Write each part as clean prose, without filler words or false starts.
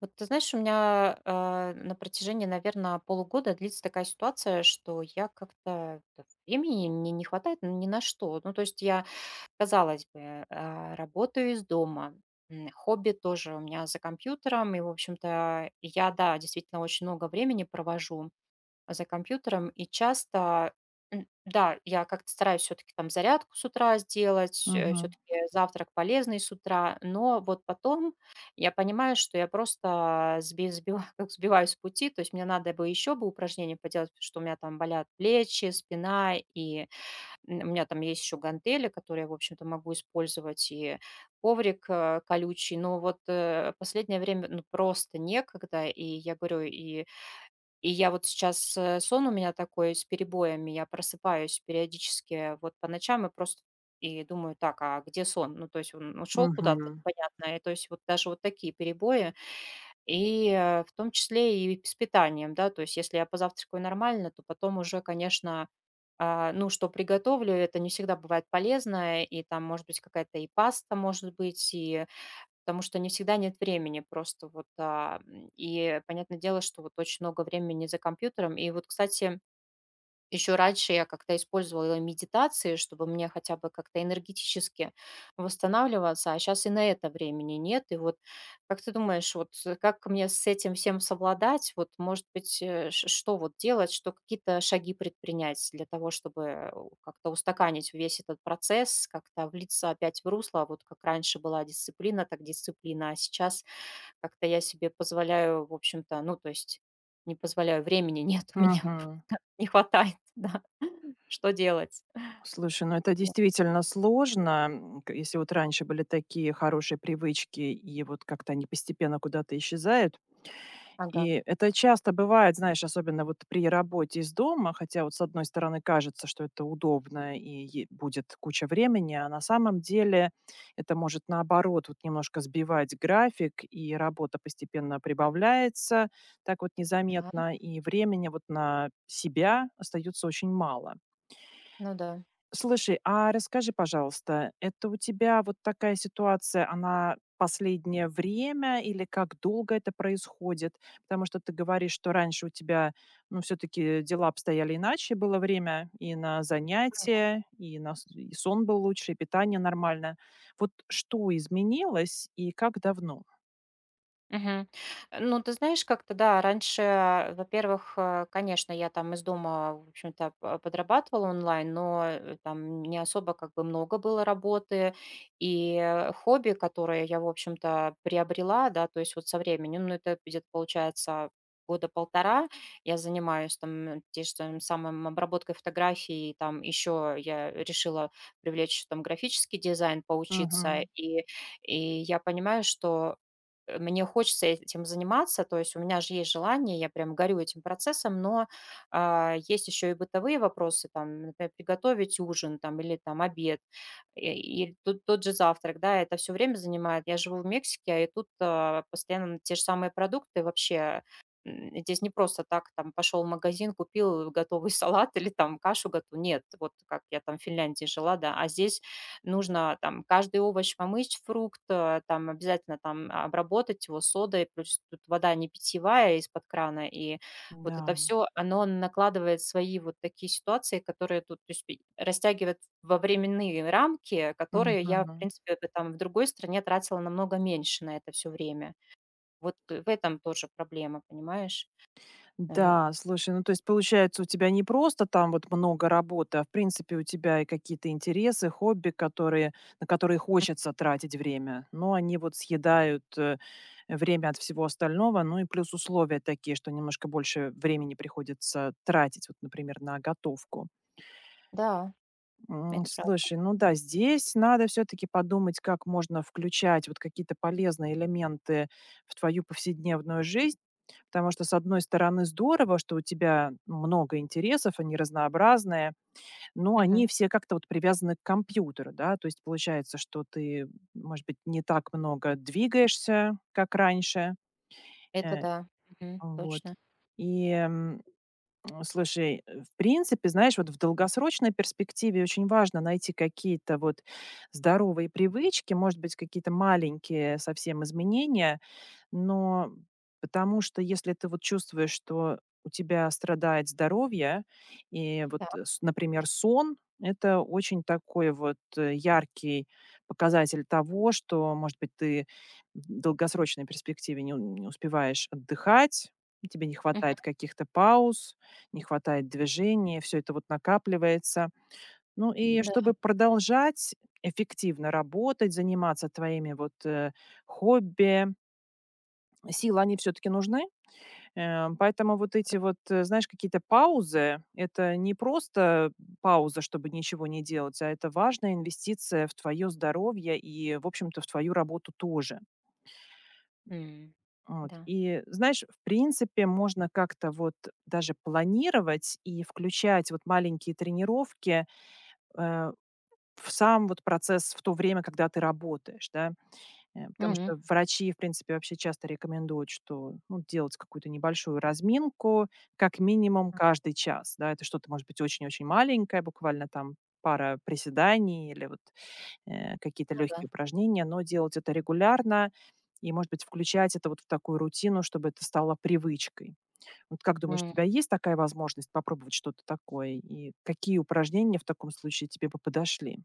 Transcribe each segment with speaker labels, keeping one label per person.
Speaker 1: Вот ты знаешь, у меня на протяжении, наверное, полугода длится такая ситуация, что я как-то да, времени мне не хватает ни на что. Ну, то есть я, казалось бы, работаю из дома, хобби тоже у меня за компьютером, и, в общем-то, я, да, действительно очень много времени провожу за компьютером. И часто, да, я как-то стараюсь все-таки там зарядку с утра сделать,
Speaker 2: Мгм.
Speaker 1: все-таки завтрак полезный с утра, но вот потом я понимаю, что я просто как сбиваюсь с пути, то есть мне надо бы еще бы упражнения поделать, потому что у меня там болят плечи, спина, и у меня там есть еще гантели, которые я, в общем-то, могу использовать, и коврик колючий, но вот последнее время ну, просто некогда, и я говорю, и я вот сейчас, сон у меня такой с перебоями, я просыпаюсь периодически вот по ночам и просто и думаю: «Так, а где сон?» Ну, то есть он ушел куда-то,
Speaker 2: Мгм.
Speaker 1: понятно. И то есть вот даже вот такие перебои. И, в том числе и с питанием, да. То есть если я позавтракаю нормально, то потом уже, конечно, ну, что приготовлю, это не всегда бывает полезно. И там может быть какая-то и паста, может быть, и потому что не всегда нет времени просто вот. И понятное дело, что вот очень много времени за компьютером. И вот, кстати, еще раньше я как-то использовала медитации, чтобы мне хотя бы как-то энергетически восстанавливаться, а сейчас и на это времени нет. И вот как ты думаешь, вот как мне с этим всем совладать? Вот, может быть, что вот делать, что какие-то шаги предпринять для того, чтобы как-то устаканить весь этот процесс, как-то влиться опять в русло, вот как раньше была дисциплина, так дисциплина, а сейчас как-то я себе позволяю, в общем-то, ну, то есть не позволяю, времени нет у меня
Speaker 2: Мгм.
Speaker 1: просто, не хватает, да. Что делать?
Speaker 2: Слушай, ну это
Speaker 1: Да.
Speaker 2: действительно сложно, м, к если вот раньше были такие хорошие привычки, и вот как-то они постепенно куда-то исчезают.
Speaker 1: Ага.
Speaker 2: И это часто бывает, знаешь, особенно вот при работе из дома, хотя вот с одной стороны кажется, что это удобно и будет куча времени, а на самом деле это может наоборот вот немножко сбивать график, и работа постепенно прибавляется, так вот
Speaker 1: Да,
Speaker 2: незаметно, и времени вот на себя остается очень мало.
Speaker 1: ну да.
Speaker 2: Слушай, а расскажи, пожалуйста, это у тебя вот такая ситуация, она последнее время или как долго это происходит? Потому что ты говоришь, что раньше у тебя, ну, все-таки дела обстояли иначе, было время и на занятия, и и сон был лучше, и питание нормально. Вот что изменилось и как давно?
Speaker 1: Мгм. Ну, ты знаешь, как-то да, раньше, во-первых, конечно, я там из дома, в общем-то, подрабатывала онлайн, но там не особо как бы много было работы и хобби, которое я, в общем-то, приобрела, да, то есть вот со временем, ну, это где-то получается года полтора я занимаюсь там тем же там самым обработкой фотографий, там еще я решила привлечь там графический дизайн поучиться,
Speaker 2: Мгм.
Speaker 1: и я понимаю, что мне хочется этим заниматься, то есть у меня же есть желание, я прям горю этим процессом, но есть еще и бытовые вопросы, там, например, приготовить ужин там, или там обед, и, тот же завтрак, да, это все время занимает. Я живу в Мексике, и тут постоянно те же самые продукты вообще. Здесь не просто так там пошел в магазин, купил готовый салат или там кашу готов. Нет, вот как я там в Финляндии жила, да, а здесь нужно там каждый овощ помыть, фрукт, там обязательно там обработать его содой, плюс тут вода не питьевая из-под крана, и вот это все оно накладывает свои вот такие ситуации, которые тут, то есть пи растягивает во временные рамки, которые я, в
Speaker 2: Да.
Speaker 1: принципе, это там в другой стране тратила намного меньше на это все время. Вот в этом тоже проблема, понимаешь? Вот.
Speaker 2: Да, слушай, ну то есть получается у тебя не просто там вот много работы, а в принципе у тебя и какие-то интересы, хобби, на которые хочется тратить время, но они вот съедают время от всего остального, ну и плюс условия такие, что немножко больше времени приходится тратить, вот, например, на готовку.
Speaker 1: Да, это правда.
Speaker 2: Слушай, ну да, здесь надо все-таки подумать, как можно включать вот какие-то полезные элементы в твою повседневную жизнь, потому что, с одной стороны, здорово, что у тебя много интересов, они разнообразные, но они
Speaker 1: Мгм.
Speaker 2: все как-то вот привязаны к компьютеру, да. То есть получается, что ты, может быть, не так много двигаешься, как раньше.
Speaker 1: Это
Speaker 2: Э,
Speaker 1: да. Мгм.
Speaker 2: вот.
Speaker 1: Точно.
Speaker 2: И, слушай, в принципе, знаешь, вот в долгосрочной перспективе очень важно найти какие-то вот здоровые привычки, может быть, какие-то маленькие совсем изменения, но потому что если ты вот чувствуешь, что у тебя страдает здоровье, и вот,
Speaker 1: Так.
Speaker 2: э, с например, сон — это очень такой вот, яркий показатель того, что, может быть, ты в долгосрочной перспективе не успеваешь отдыхать, тебе не
Speaker 1: Мгм.
Speaker 2: хватает каких-то пауз, не хватает движения, все это вот накапливается. Ну и
Speaker 1: Да.
Speaker 2: чтобы продолжать эффективно работать, заниматься твоими вот, хобби, силы, они все таки нужны. Поэтому вот эти вот, знаешь, какие-то паузы — это не просто пауза, чтобы ничего не делать, а это важная инвестиция в твое здоровье и, в общем-то, в твою работу тоже.
Speaker 1: М.
Speaker 2: Вот.
Speaker 1: Да.
Speaker 2: И знаешь, в принципе, можно как-то вот даже планировать и включать вот маленькие тренировки, э, в сам вот процесс в то время, когда ты работаешь, да. Потому
Speaker 1: Мгм.
Speaker 2: что врачи, в принципе, вообще часто рекомендуют, что, ну, делать какую-то небольшую разминку как минимум каждый час. Да, это что-то может быть очень-очень маленькое, буквально там пара приседаний или вот, какие-то
Speaker 1: Да.
Speaker 2: легкие упражнения, но делать это регулярно и, может быть, включать это вот в такую рутину, чтобы это стало привычкой. Вот как думаешь, у тебя
Speaker 1: М.
Speaker 2: есть такая возможность попробовать что-то такое? И какие упражнения в таком случае тебе бы подошли?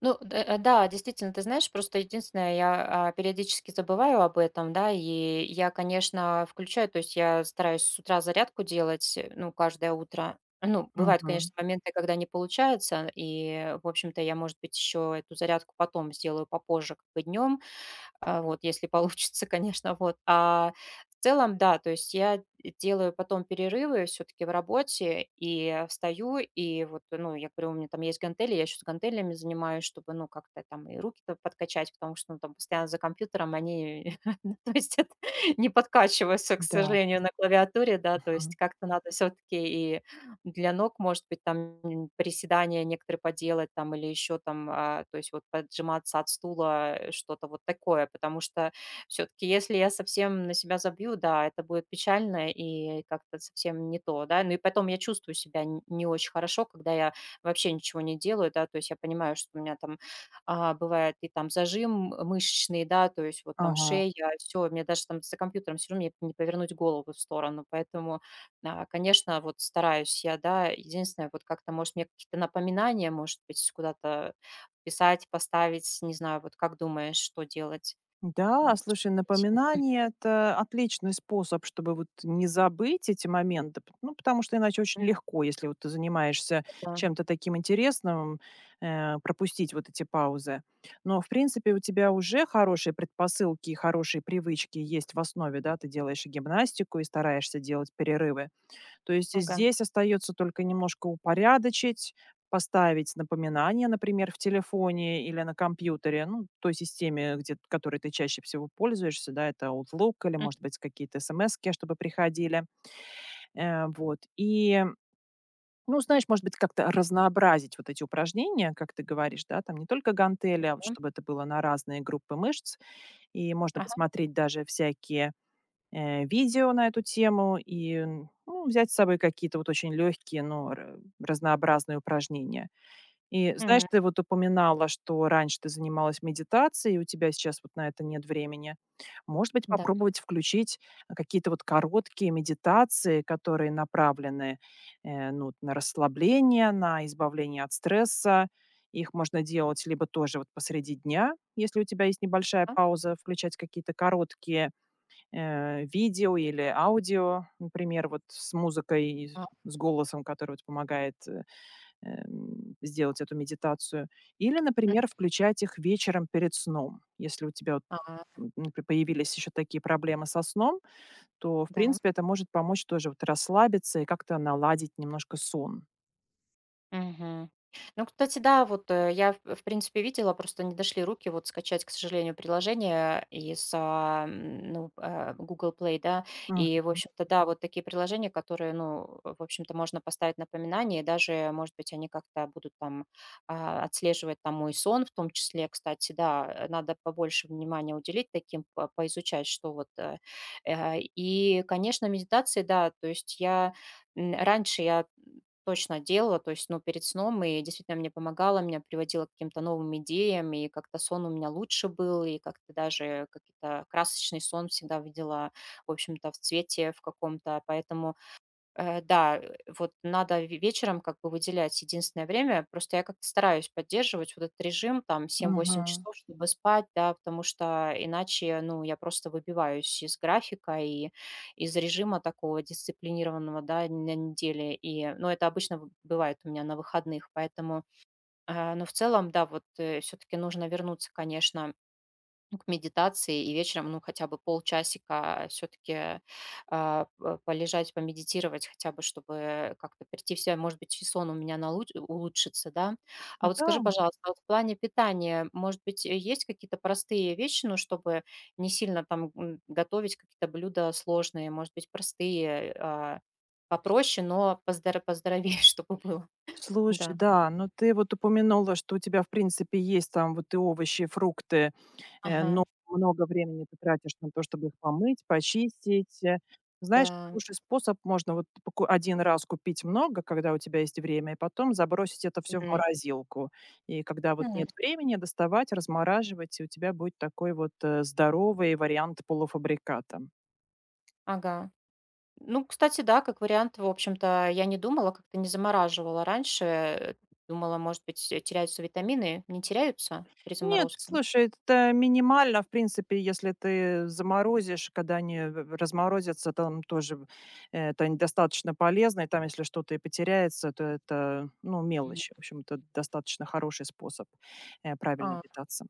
Speaker 1: Ну, да, действительно, ты знаешь, просто единственное, я, периодически забываю об этом, да, и я, конечно, включаю, то есть я стараюсь с утра зарядку делать, ну, каждое утро. Ну, бывают,
Speaker 2: Мгм.
Speaker 1: конечно, моменты, когда не получается, и, в общем-то, я, может быть, еще эту зарядку потом сделаю попозже, как бы днем. Вот, если получится, конечно, вот. А в целом, да, то есть я делаю потом перерывы все-таки в работе и встаю, и вот, ну, я говорю, у меня там есть гантели, я еще с гантелями занимаюсь, чтобы, ну, как-то там и руки-то подкачать, потому что, ну, там постоянно за компьютером они, ну, то есть это не подкачиваются, к
Speaker 2: Да.
Speaker 1: сожалению, на клавиатуре, да, то есть
Speaker 2: Мгм.
Speaker 1: как-то надо все-таки и для ног, может быть, там, приседания некоторые поделать там или еще там, то есть вот поджиматься от стула, что-то вот такое. Потому что все-таки, если я совсем на себя забью, да, это будет печально и как-то совсем не то, да. Ну и потом я чувствую себя не очень хорошо, когда я вообще ничего не делаю, да, то есть я понимаю, что у меня там бывает и там зажим мышечный, да, то есть вот там
Speaker 2: Ага.
Speaker 1: шея, все, мне даже там за компьютером все равно не повернуть голову в сторону, поэтому да, конечно, вот стараюсь я, да. Единственное, вот как-то, может, мне какие-то напоминания, может быть, куда-то писать, поставить, не знаю, вот как думаешь, что делать?
Speaker 2: Да,
Speaker 1: М,
Speaker 2: слушай,
Speaker 1: что найти?
Speaker 2: напоминание — это отличный способ, чтобы вот не забыть эти моменты. Ну, потому что иначе очень
Speaker 1: М,
Speaker 2: легко, если вот ты занимаешься
Speaker 1: да,
Speaker 2: чем-то таким интересным, пропустить вот эти паузы. Но, в принципе, у тебя уже хорошие предпосылки и хорошие привычки есть в основе, да? Ты делаешь и гимнастику, и стараешься делать перерывы. То есть
Speaker 1: ага.
Speaker 2: здесь остается только немножко упорядочить, поставить напоминание, например, в телефоне или на компьютере, ну, той системе, которой ты чаще всего пользуешься, да, это Outlook или, может быть, какие-то смски, чтобы приходили, И, ну, знаешь, может быть, как-то разнообразить вот эти упражнения, как ты говоришь, да, там не только гантели, а вот
Speaker 1: Мгм.
Speaker 2: чтобы это было на разные группы мышц, и можно
Speaker 1: Ага.
Speaker 2: посмотреть даже всякие видео на эту тему и, н ну, взять с собой какие-то вот очень легкие, но ра разнообразные упражнения. И знаешь,
Speaker 1: М,
Speaker 2: ты вот упоминала, что раньше ты занималась медитацией, и у тебя сейчас вот на это нет времени. Может быть,
Speaker 1: да.
Speaker 2: попробовать включить, какие-то вот короткие медитации, которые направлены, ну, вот на расслабление, на избавление от стресса. Их можно делать либо тоже вот посреди дня, если у тебя есть небольшая
Speaker 1: А,
Speaker 2: пауза, включать какие-то короткие, видео или аудио, например, вот с музыкой и
Speaker 1: а,
Speaker 2: с голосом, который вот помогает, сделать эту медитацию. Или,
Speaker 1: мгм.
Speaker 2: например, включать их вечером перед сном. Если у тебя вот,
Speaker 1: А,
Speaker 2: например, появились еще такие проблемы со сном, то, в
Speaker 1: да.
Speaker 2: принципе, это может помочь тоже вот расслабиться и как-то наладить немножко сон.
Speaker 1: Мгм. Ну, кстати, да, вот я, в принципе, видела, просто не дошли руки вот скачать, к сожалению, приложение из Google Play, да,
Speaker 2: Мгм,
Speaker 1: и, в общем-то, да, вот такие приложения, которые, ну, в общем-то, можно поставить напоминание, и даже, может быть, они как-то будут там отслеживать там мой сон в том числе, кстати, да, надо побольше внимания уделить таким, поизучать, что вот. И, конечно, медитации, да, то есть я раньше я точно делала, то есть, ну, перед сном, и действительно мне помогало, меня приводило к каким-то новым идеям, и как-то сон у меня лучше был, и как-то даже какие-то красочный сон всегда видела, в общем-то, в цвете в каком-то, поэтому Э, да, э, вот надо ве вечером как бы выделять единственное время. Просто я как-то стараюсь поддерживать вот этот режим, там, семь-восемь
Speaker 2: мгм.
Speaker 1: часов, чтобы спать, да, потому что иначе, ну, я просто выбиваюсь из графика и из режима такого дисциплинированного, да, на неделе. И, ну, это обычно в бывает у меня на выходных, поэтому, ну, в целом, да, вот, все таки нужно вернуться, конечно, ну, к медитации и вечером, ну, хотя бы полчасика все-таки полежать, помедитировать, хотя бы, чтобы как-то прийти в себя, может быть, и сон у меня улучшится, да. А вот
Speaker 2: Да,
Speaker 1: скажи, пожалуйста, а вот в плане питания, может быть, есть какие-то простые вещи, ну, чтобы не сильно там готовить какие-то блюда сложные, может быть, простые, попроще, но поздоровее, чтобы было,
Speaker 2: слушай,
Speaker 1: да.
Speaker 2: да, но ты вот упомянула, что у тебя, в принципе, есть там вот и овощи, и фрукты. Э,
Speaker 1: Ага,
Speaker 2: но много времени ты тратишь на то, чтобы их помыть, почистить. Знаешь,
Speaker 1: да.
Speaker 2: хороший способ: можно вот поку 1 раз купить много, когда у тебя есть время, и потом забросить это все в
Speaker 1: Мгм.
Speaker 2: морозилку. И когда вот
Speaker 1: Мгм.
Speaker 2: нет времени, доставать, размораживать, и у тебя будет такой вот, здоровый вариант полуфабриката.
Speaker 1: Ага. Ну, кстати, да, как вариант, в общем-то, я не думала, как-то не замораживала раньше. Думала, может быть, теряются витамины. Не теряются при
Speaker 2: Нет,
Speaker 1: заморозке?
Speaker 2: слушай, это да, минимально, в принципе, если ты заморозишь, когда они разморозятся, там тоже это недостаточно полезно, и там, если что-то и потеряется, то это, ну,
Speaker 1: Мгм.
Speaker 2: мелочи. В общем, это достаточно хороший способ правильно
Speaker 1: А,
Speaker 2: питаться.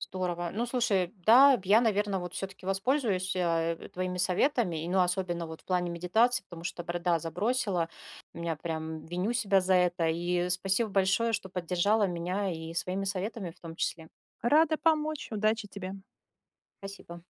Speaker 1: здорово. Ну, слушай, да, я, наверное, вот все-таки воспользуюсь твоими советами, и, ну, особенно вот в плане медитации, потому что борода забросила, меня прям виню себя за это, и спасибо большое, что поддержала меня и своими советами в том числе.
Speaker 2: Рада помочь, удачи тебе.
Speaker 1: Спасибо.